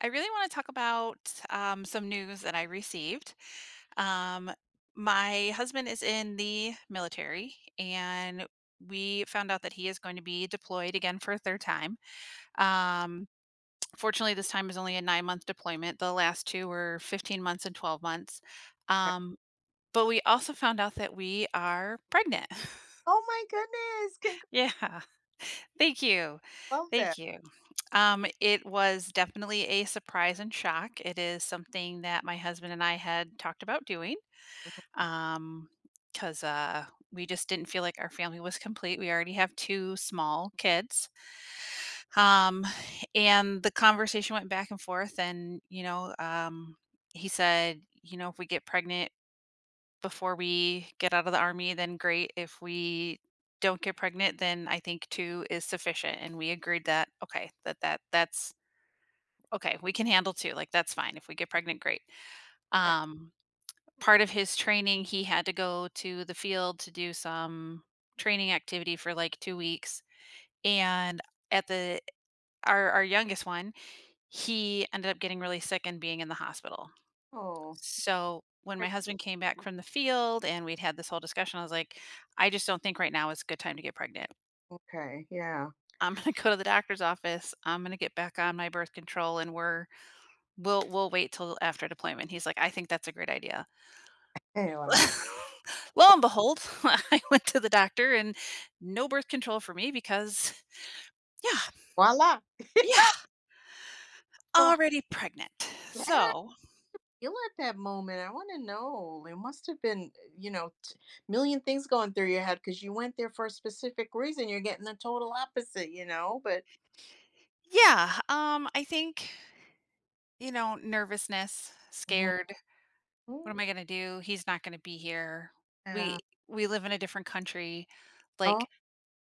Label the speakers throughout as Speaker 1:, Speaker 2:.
Speaker 1: I really want to talk about some news that I received. Um, my husband is in the military, and we found out that he is going to be deployed again for a third time. Um, Fortunately, this time is only a 9 month deployment. The last two were 15 months and 12 months.
Speaker 2: Okay.
Speaker 1: Um, but we also found out that we are pregnant.
Speaker 2: Oh my goodness! Congr
Speaker 1: Yeah. Thank you.
Speaker 2: love that.
Speaker 1: Thank you. It was definitely a surprise and shock. It is something that my husband and I had talked about doing um, because we just didn't feel like our family was complete. We already have two small kids. Um, and the conversation went back and forth. And, you know, he said, you know, if we get pregnant, before we get out of the army, then great. If we don't get pregnant, then I think 2 is sufficient, and we agreed that, okay, that that's okay, we can handle 2, like, that's fine. If we get pregnant, great.
Speaker 2: Okay.
Speaker 1: Um, Part of his training, he had to go to the field to do some training activity for, like, 2 weeks, and at the our youngest one, he ended up getting really sick and being in the hospital.
Speaker 2: Oh,
Speaker 1: So when my husband came back from the field and we'd had this whole discussion, I was like, I just don't think right now is a good time to get pregnant.
Speaker 2: okay, yeah.
Speaker 1: I'm gonna go to the doctor's office. I'm gonna get back on my birth control, and we'll wait till after deployment. He's like, I think that's a great idea.
Speaker 2: Hey, wow.
Speaker 1: Lo and behold, I went to the doctor and no birth control for me because yeah,
Speaker 2: Voila!
Speaker 1: yeah,
Speaker 2: So,
Speaker 1: already pregnant.
Speaker 2: yeah,
Speaker 1: So
Speaker 2: feel at that moment, I wanna know, it must have been, you know, t million things going through your head because you went there for a specific reason, you're getting the total opposite, you know, but
Speaker 1: yeah, I think you know nervousness,
Speaker 2: Mhm.
Speaker 1: scared, what am I going to do? He's not going to be here. We
Speaker 2: Yeah.
Speaker 1: we live in a different country.
Speaker 2: Oh,
Speaker 1: Like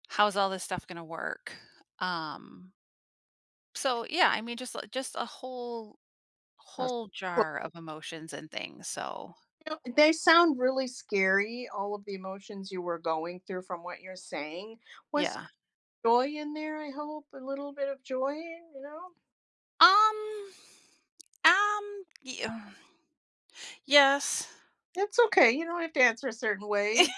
Speaker 1: how's all this stuff going to work? Um so yeah, I mean just a
Speaker 2: that's
Speaker 1: whole
Speaker 2: well,
Speaker 1: jar of emotions and things. So,
Speaker 2: you know, they sound really scary, all of the emotions you were going through from what you're saying. Was
Speaker 1: yeah.
Speaker 2: there joy in there, I hope? A little bit of joy, you know?
Speaker 1: Um um y- uh, yes.
Speaker 2: It's okay. You don't have to answer a certain way.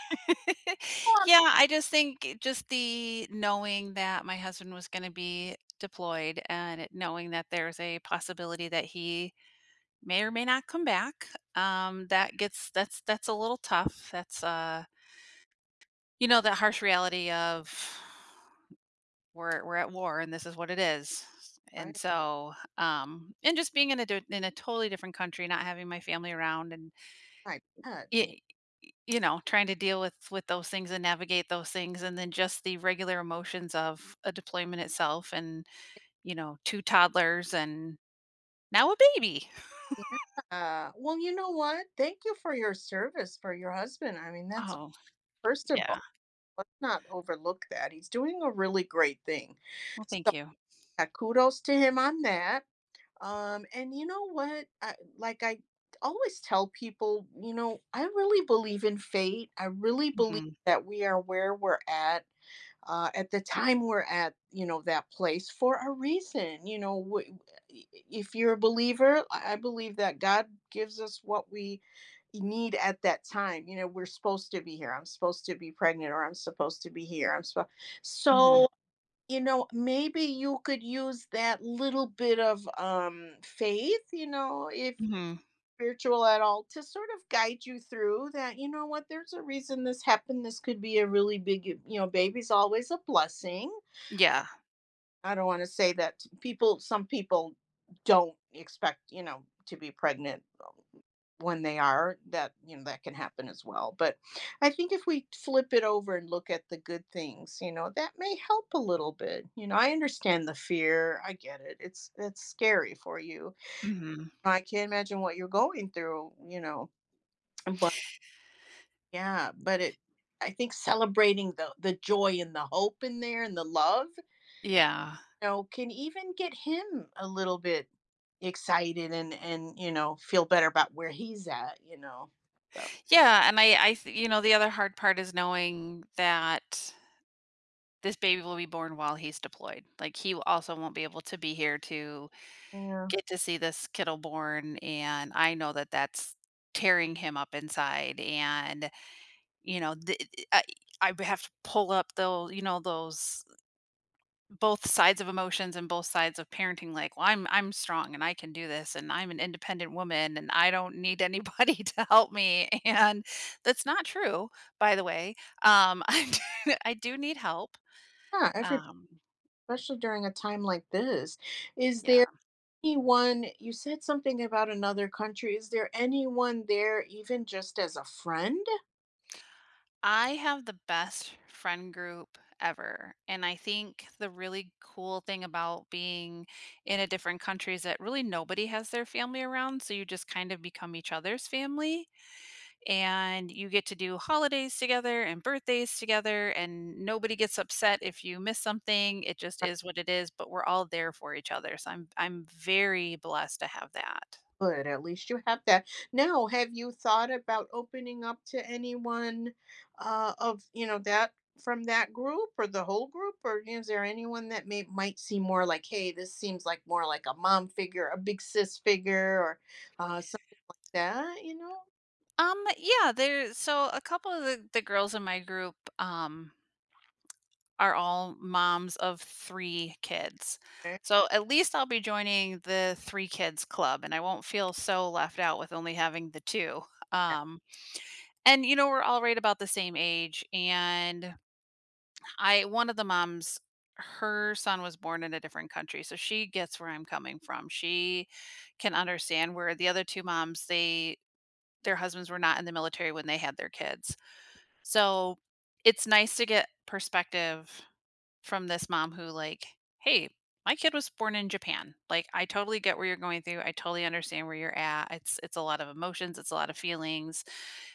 Speaker 2: "Oh, I'm
Speaker 1: Yeah, I just think just the knowing that my husband was going to be deployed and knowing that there's a possibility that he may or may not come back. That's a little tough. That's you know, that harsh reality of we're at war and this is what it is. And
Speaker 2: alright."
Speaker 1: so, and just being in in a totally different country, not having my family around, and
Speaker 2: I bet. Yeah.
Speaker 1: y- you know, trying to deal with those things and navigate those things, and then just the regular emotions of a deployment itself, and you know, two toddlers and now a baby.
Speaker 2: Yeah. Well, you know what? Thank you for your service for your husband. I mean, that's
Speaker 1: Oh,
Speaker 2: first of all,
Speaker 1: yeah.
Speaker 2: let's not overlook that. He's doing a really great thing.
Speaker 1: Well, thank
Speaker 2: So,
Speaker 1: you.
Speaker 2: yeah, kudos to him on that. And you know what? Like I always tell people, I really believe in fate. I really believe
Speaker 1: Hmm.
Speaker 2: that we are where we're at the time we're at. You know, that place for a reason. You know i- if you're a believer, I believe that God gives us what we need at that time. You know, we're supposed to be here, I'm supposed to be pregnant, or I'm supposed to be here, I'm supposed.
Speaker 1: Hmm.
Speaker 2: So you know, maybe you could use that little bit of faith, you know, if
Speaker 1: Hmm.
Speaker 2: spiritual at all, to sort of guide you through that. You know what, there's a reason this happened. This could be a really big, you know, baby's always a blessing.
Speaker 1: Yeah.
Speaker 2: I don't want to say that people, some people don't expect, you know, to be pregnant, when they are that, you know, that can happen as well. But I think if we flip it over and look at the good things, you know, that may help a little bit. You know, I understand the fear. I get it. It's scary for you.
Speaker 1: Mhm.
Speaker 2: I can't imagine what you're going through, you know. Yeah, but it, I think celebrating the joy and the hope in there and the love,
Speaker 1: Yeah.
Speaker 2: you know, can even get him a little bit excited, and you know, feel better about where he's at, you know. So,
Speaker 1: Yeah, and I th you know, the other hard part is knowing that this baby will be born while he's deployed. Like, he also won't be able to be here to
Speaker 2: yeah.
Speaker 1: get to see this kiddo born, and I know that that's tearing him up inside, and, you know, the I I would have to pull up tho you know, those both sides of emotions and both sides of parenting like, "Well, I'm strong and I can do this and I'm an independent woman and I don't need anybody to help me." And that's not true, by the way. Um, I I do need help.
Speaker 2: Yeah, everybody,
Speaker 1: Um,
Speaker 2: especially during a time like this. Is
Speaker 1: yeah.
Speaker 2: there anyone? You said something about another country? Is there anyone there, even just as a friend?
Speaker 1: I have the best friend group ever, and I think the really cool thing about being in a different country is that really nobody has their family around, so you just kind of become each other's family. And you get to do holidays together and birthdays together and nobody gets upset if you miss something. It just is what it is, but we're all there for each other, so I'm very blessed to have that.
Speaker 2: Good, at least you have that. Now, have you thought about opening up to anyone, of you know that, from that group or the whole group, or is there anyone that may might seem more like, hey, this seems like more like a mom figure, a big sis figure, or something like that, you know?
Speaker 1: Yeah, there, so a couple of the girls in my group are all moms of three kids,
Speaker 2: Eh,
Speaker 1: so at least I'll be joining the three kids club and I won't feel so left out with only having the two. um And, you know, we're all right about the same age, and I one of the moms, her son was born in a different country, so she gets where I'm coming from. She can understand where the other 2 moms, they their husbands were not in the military when they had their kids. So, it's nice to get perspective from this mom who like, "Hey, my kid was born in Japan." Like, I totally get where you're going through. I totally understand where you're at. It's a lot of emotions, it's a lot of feelings,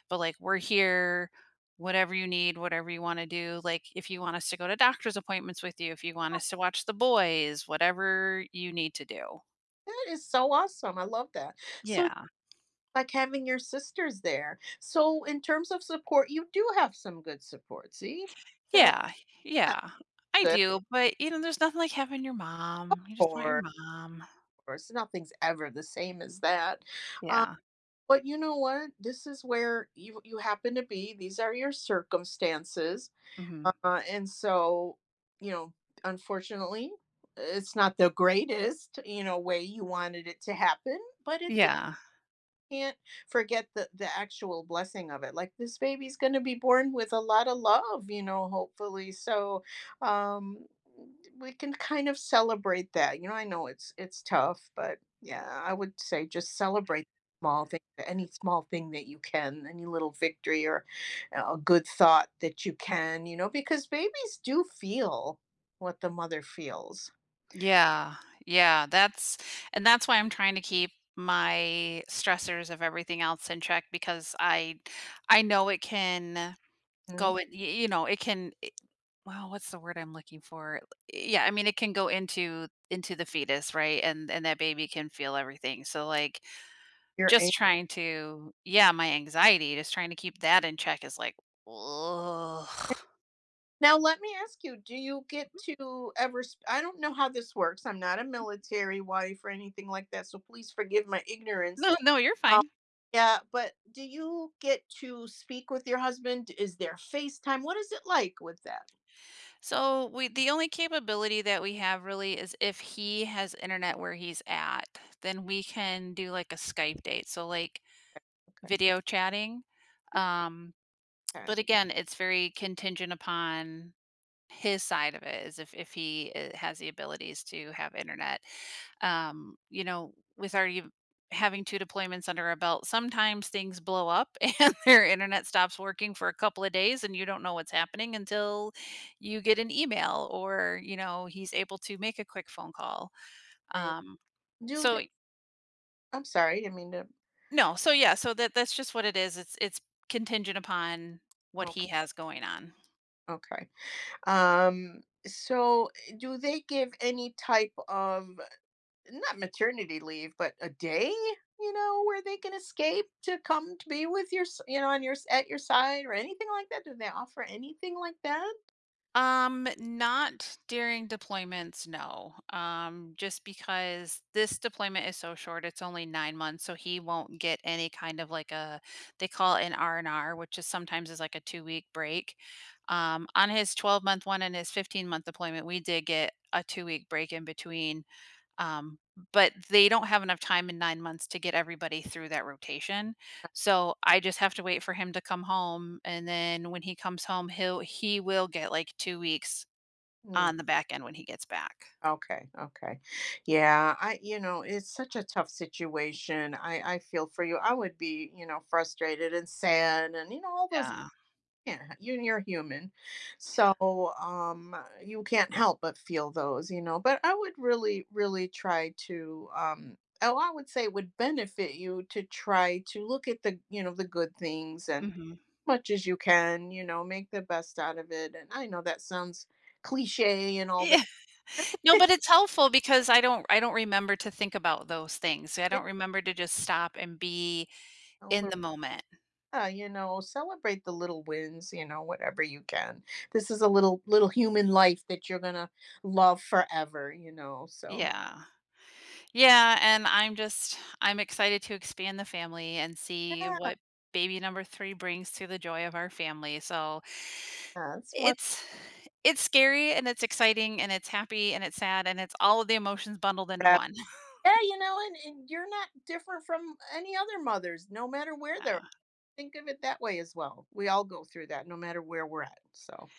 Speaker 1: but like we're here, whatever you need, whatever you want to do. Like if you want us to go to doctor's appointments with you, if you want us to watch the boys, whatever you need to do.
Speaker 2: that is so awesome. I love that. So
Speaker 1: Yeah.
Speaker 2: like having your sisters there. So in terms of support, you do have some good support. See, so
Speaker 1: Yeah.
Speaker 2: that's
Speaker 1: Yeah. I
Speaker 2: good.
Speaker 1: do, but you know, there's nothing like having your mom. You just want your
Speaker 2: Or
Speaker 1: mom.
Speaker 2: course, nothing's ever the same as that. Um,
Speaker 1: Yeah.
Speaker 2: but you know what? This is where you happen to be. These are your circumstances,
Speaker 1: Mhm.
Speaker 2: and so you know, unfortunately, it's not the greatest, you know, way you wanted it to happen, but it did.
Speaker 1: Yeah.
Speaker 2: Can't forget the actual blessing of it. Like this baby's going to be born with a lot of love, you know, hopefully. So, um we can kind of celebrate that. You know, I know it's tough, but yeah, I would say just celebrate small thing, any small thing that you can, any little victory, or a good thought that you can, you know, because babies do feel what the mother feels.
Speaker 1: Yeah. Yeah, that's and that's why I'm trying to keep my stressors of everything else in check because I know it can
Speaker 2: Mhm.
Speaker 1: go in, you know, it can well, what's the word I'm looking for? Yeah, I mean it can go into the fetus, right? And that baby can feel everything. So like
Speaker 2: You're
Speaker 1: just trying to yeah, my anxiety, just trying to keep that in check is like ugh.
Speaker 2: Now, let me ask you, do you get to ever? I don't know how this works. I'm not a military wife or anything like that, so please forgive my ignorance.
Speaker 1: No, no, you're
Speaker 2: Um,
Speaker 1: fine.
Speaker 2: yeah, but do you get to speak with your husband? Is there FaceTime? What is it like with that?
Speaker 1: So we the only capability that we have really is if he has internet where he's at, then we can do like a Skype date. So like
Speaker 2: Okay.
Speaker 1: video chatting. Um,
Speaker 2: Okay.
Speaker 1: but again, it's very contingent upon his side of it is if he has the abilities to have internet, you know, with already having two deployments under our belt, sometimes things blow up and their internet stops working for a couple of days and you don't know what's happening until you get an email or you know he's able to make a quick phone call.
Speaker 2: Right.
Speaker 1: um
Speaker 2: Do they?
Speaker 1: so
Speaker 2: I'm sorry, I didn't mean to.
Speaker 1: no, so yeah, so that's just what it is, it's contingent upon what
Speaker 2: Oh,
Speaker 1: he has going on.
Speaker 2: okay. Okay. So, do they give any type of, not maternity leave, but a day, you know, where they can escape to come to be with your, you know, on your at your side or anything like that? Do they offer anything like that?
Speaker 1: Not during deployments, no. Just because this deployment is so short, it's only 9 months, so he won't get any kind of like a, they call it an R and R, which is sometimes is like a 2 week break. On his 12 month one and his 15 month deployment, we did get a 2 week break in between, um, but they don't have enough time in 9 months to get everybody through that rotation. So I just have to wait for him to come home, and then when he comes home, he will get like 2 weeks
Speaker 2: Mm,
Speaker 1: on the back end when he gets back.
Speaker 2: okay, okay, yeah. I, you know, it's such a tough situation. I feel for you. I would be, you know, frustrated and sad, and you know, all those.
Speaker 1: Yeah.
Speaker 2: Yeah, you you're human. So, um, you can't help but feel those, you know, but I would really, really try to, oh, I would say it would benefit you to try to look at the, you know, the good things, and
Speaker 1: Mhm.
Speaker 2: much as you can, you know, make the best out of it. And I know that sounds cliche and all that.
Speaker 1: Yeah. No, but it's helpful because I don't remember to think about those things. I
Speaker 2: Yeah,
Speaker 1: don't remember to just stop and be
Speaker 2: all
Speaker 1: in
Speaker 2: the
Speaker 1: the moment.
Speaker 2: yeah, you know, celebrate the little wins, you know, whatever you can. This is a little human life that you're gonna love forever, you know, so
Speaker 1: Yeah. Yeah, and I'm excited to expand the family and see
Speaker 2: yeah.
Speaker 1: what baby number 3 brings to the joy of our family. So,
Speaker 2: That's what.
Speaker 1: it's it's scary and it's exciting and it's happy and it's sad and it's all of the emotions bundled into
Speaker 2: That.
Speaker 1: one.
Speaker 2: Yeah, you know, and you're not different from any other mothers, no matter where they're
Speaker 1: Uh,
Speaker 2: at. Think of it that way as well. We all go through that no matter where we're at, so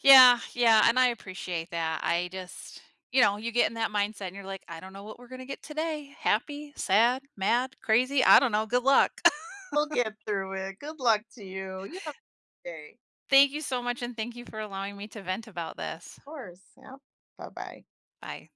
Speaker 1: yeah, yeah, and I appreciate that. I just you know, you get in that mindset and you're like, "I don't know what we're gonna get today. Happy, sad, mad, crazy, I don't know. Good luck."
Speaker 2: we'll get through it. Good luck to you. You have a good day.
Speaker 1: Thank you so much and thank you for allowing me to vent about this.
Speaker 2: Of course. Yeah. Bye-bye.
Speaker 1: Bye.